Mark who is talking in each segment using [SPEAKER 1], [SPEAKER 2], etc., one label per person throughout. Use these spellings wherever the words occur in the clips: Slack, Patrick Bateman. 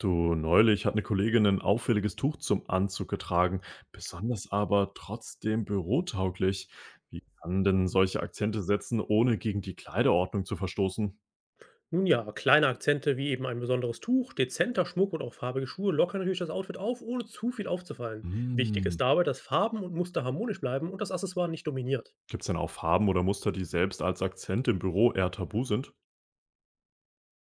[SPEAKER 1] Du, neulich hat eine Kollegin ein auffälliges Tuch zum Anzug getragen, besonders aber trotzdem bürotauglich. Wie kann denn solche Akzente setzen, ohne gegen die Kleiderordnung zu verstoßen?
[SPEAKER 2] Nun ja, kleine Akzente wie eben ein besonderes Tuch, dezenter Schmuck und auch farbige Schuhe lockern natürlich das Outfit auf, ohne zu viel aufzufallen. Wichtig
[SPEAKER 1] Hm.
[SPEAKER 2] ist dabei, dass Farben und Muster harmonisch bleiben und das Accessoire nicht dominiert.
[SPEAKER 1] Gibt es denn auch Farben oder Muster, die selbst als Akzent im Büro eher tabu sind?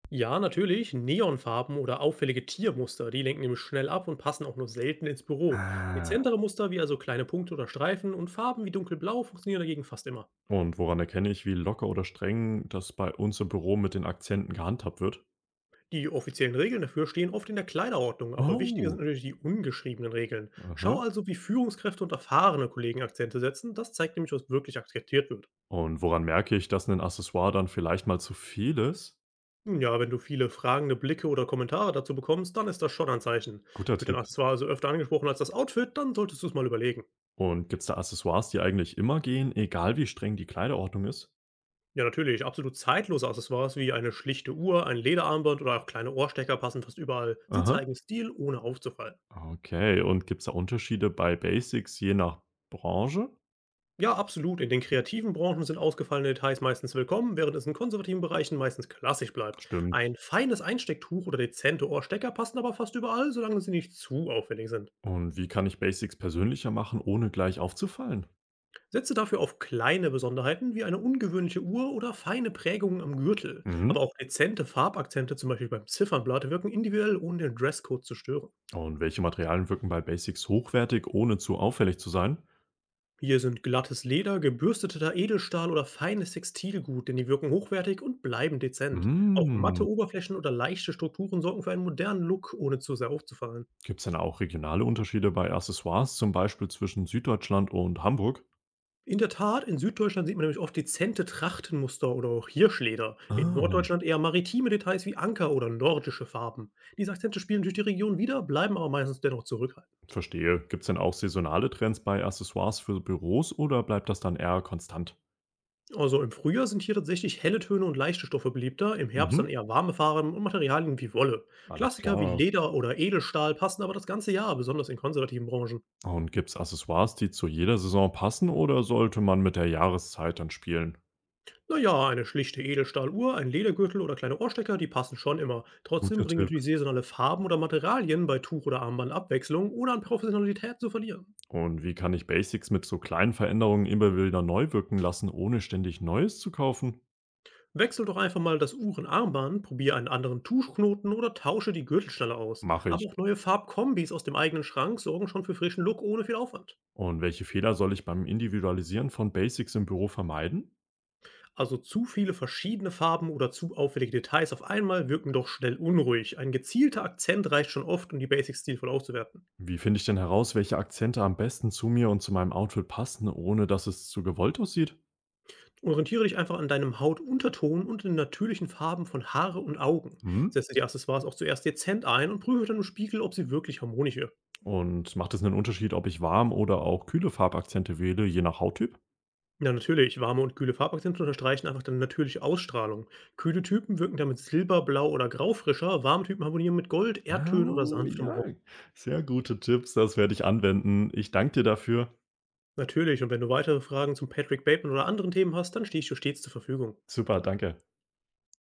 [SPEAKER 2] Ja, natürlich, Neonfarben oder auffällige Tiermuster, die lenken nämlich schnell ab und passen auch nur selten ins Büro.
[SPEAKER 1] Ah,
[SPEAKER 2] Dezentere Muster wie also kleine Punkte oder Streifen und Farben wie dunkelblau funktionieren dagegen fast immer.
[SPEAKER 1] und woran erkenne ich, wie locker oder streng das bei uns im Büro mit den Akzenten gehandhabt wird?
[SPEAKER 2] Die offiziellen Regeln dafür stehen oft in der Kleiderordnung, aber wichtiger sind
[SPEAKER 1] Oh.
[SPEAKER 2] natürlich die ungeschriebenen Regeln.
[SPEAKER 1] Aha.
[SPEAKER 2] Schau also, wie Führungskräfte und erfahrene Kollegen Akzente setzen, das zeigt nämlich, was wirklich akzeptiert wird.
[SPEAKER 1] Und woran merke ich, dass ein Accessoire dann vielleicht mal zu viel ist?
[SPEAKER 2] Nun ja, wenn du viele fragende Blicke oder Kommentare dazu bekommst, dann ist das schon ein Zeichen.
[SPEAKER 1] Guter
[SPEAKER 2] Wird dein
[SPEAKER 1] Tipp.
[SPEAKER 2] Accessoire also öfter angesprochen als das Outfit, dann solltest du es mal überlegen.
[SPEAKER 1] Und gibt's da Accessoires, die eigentlich immer gehen, egal wie streng die Kleiderordnung ist?
[SPEAKER 2] Ja, natürlich, absolut zeitlose Accessoires wie eine schlichte Uhr, ein Lederarmband oder auch kleine Ohrstecker passen fast überall. Sie
[SPEAKER 1] Aha.
[SPEAKER 2] zeigen Stil, ohne aufzufallen.
[SPEAKER 1] Okay. Und gibt's da Unterschiede bei Basics je nach Branche?
[SPEAKER 2] Ja, absolut. In den kreativen Branchen sind ausgefallene Details meistens willkommen, während es in konservativen Bereichen meistens klassisch bleibt.
[SPEAKER 1] Stimmt.
[SPEAKER 2] Ein feines Einstecktuch oder dezente Ohrstecker passen aber fast überall, solange sie nicht zu auffällig sind.
[SPEAKER 1] Und wie kann ich Basics persönlicher machen, ohne gleich aufzufallen?
[SPEAKER 2] Setze dafür auf kleine Besonderheiten wie eine ungewöhnliche Uhr oder feine Prägungen am Gürtel.
[SPEAKER 1] Mhm.
[SPEAKER 2] Aber auch dezente Farbakzente, zum Beispiel beim Ziffernblatt, wirken individuell, ohne den Dresscode zu stören.
[SPEAKER 1] Und welche Materialien wirken bei Basics hochwertig, ohne zu auffällig zu sein?
[SPEAKER 2] Hier sind glattes Leder, gebürsteter Edelstahl oder feines Textilgut, denn die wirken hochwertig und bleiben dezent. Auch matte
[SPEAKER 1] Mhm.
[SPEAKER 2] Oberflächen oder leichte Strukturen sorgen für einen modernen Look, ohne zu sehr aufzufallen.
[SPEAKER 1] Gibt es denn auch regionale Unterschiede bei Accessoires, zum Beispiel zwischen Süddeutschland und Hamburg?
[SPEAKER 2] In der Tat, in Süddeutschland sieht man nämlich oft dezente Trachtenmuster oder auch Hirschleder. In
[SPEAKER 1] Ah,
[SPEAKER 2] Norddeutschland eher maritime Details wie Anker oder nordische Farben. Diese Akzente spielen durch die Region wieder, bleiben aber meistens dennoch zurückhaltend.
[SPEAKER 1] verstehe. Gibt es denn auch saisonale Trends bei Accessoires für Büros oder bleibt das dann eher konstant?
[SPEAKER 2] Also im Frühjahr sind hier tatsächlich helle Töne und leichte Stoffe beliebter, im Herbst
[SPEAKER 1] Mhm.
[SPEAKER 2] dann eher warme Farben und Materialien wie Wolle.
[SPEAKER 1] Alles
[SPEAKER 2] Klassiker wie
[SPEAKER 1] klar.
[SPEAKER 2] Leder oder Edelstahl passen aber das ganze Jahr, besonders in konservativen Branchen.
[SPEAKER 1] Und gibt's Accessoires, die zu jeder Saison passen oder sollte man mit der Jahreszeit dann spielen?
[SPEAKER 2] Naja, eine schlichte Edelstahluhr, ein Ledergürtel oder kleine Ohrstecker, die passen schon immer. Trotzdem
[SPEAKER 1] Guter
[SPEAKER 2] bringen
[SPEAKER 1] Tipp.
[SPEAKER 2] natürlich saisonale Farben oder Materialien bei Tuch oder Armband Abwechslung, ohne an Professionalität zu verlieren.
[SPEAKER 1] Und wie kann ich Basics mit so kleinen Veränderungen immer wieder neu wirken lassen, ohne ständig Neues zu kaufen?
[SPEAKER 2] Wechsel doch einfach mal das Uhrenarmband, probiere einen anderen Tuschknoten oder tausche die Gürtelschnalle aus.
[SPEAKER 1] Mache
[SPEAKER 2] Aber
[SPEAKER 1] ich.
[SPEAKER 2] auch neue Farbkombis aus dem eigenen Schrank sorgen schon für frischen Look ohne viel Aufwand.
[SPEAKER 1] Und welche Fehler soll ich beim Individualisieren von Basics im Büro vermeiden?
[SPEAKER 2] Also zu viele verschiedene Farben oder zu auffällige Details auf einmal wirken doch schnell unruhig. Ein gezielter Akzent reicht schon oft, um die Basics stilvoll auszuwerten.
[SPEAKER 1] Wie finde ich denn heraus, welche Akzente am besten zu mir und zu meinem Outfit passen, ohne dass es zu gewollt aussieht?
[SPEAKER 2] Orientiere dich einfach an deinem Hautunterton und den natürlichen Farben von Haare und Augen.
[SPEAKER 1] Hm?
[SPEAKER 2] Setze die Accessoires auch zuerst dezent ein und prüfe dann im Spiegel, ob sie wirklich harmonisch wirken.
[SPEAKER 1] Und macht es einen Unterschied, ob ich warm oder auch kühle Farbakzente wähle, je nach Hauttyp?
[SPEAKER 2] Ja, natürlich, warme und kühle Farbakzente unterstreichen einfach deine natürliche Ausstrahlung. Kühle Typen wirken damit silber, blau oder grau frischer, warme Typen harmonieren mit Gold, Erdtönen oder
[SPEAKER 1] Oh,
[SPEAKER 2] sanftem.
[SPEAKER 1] ja. Sehr gute Tipps, das werde ich anwenden. Ich danke dir dafür.
[SPEAKER 2] Natürlich, und wenn du weitere Fragen zum Patrick Bateman oder anderen Themen hast, dann stehe ich dir stets zur Verfügung.
[SPEAKER 1] Super, danke.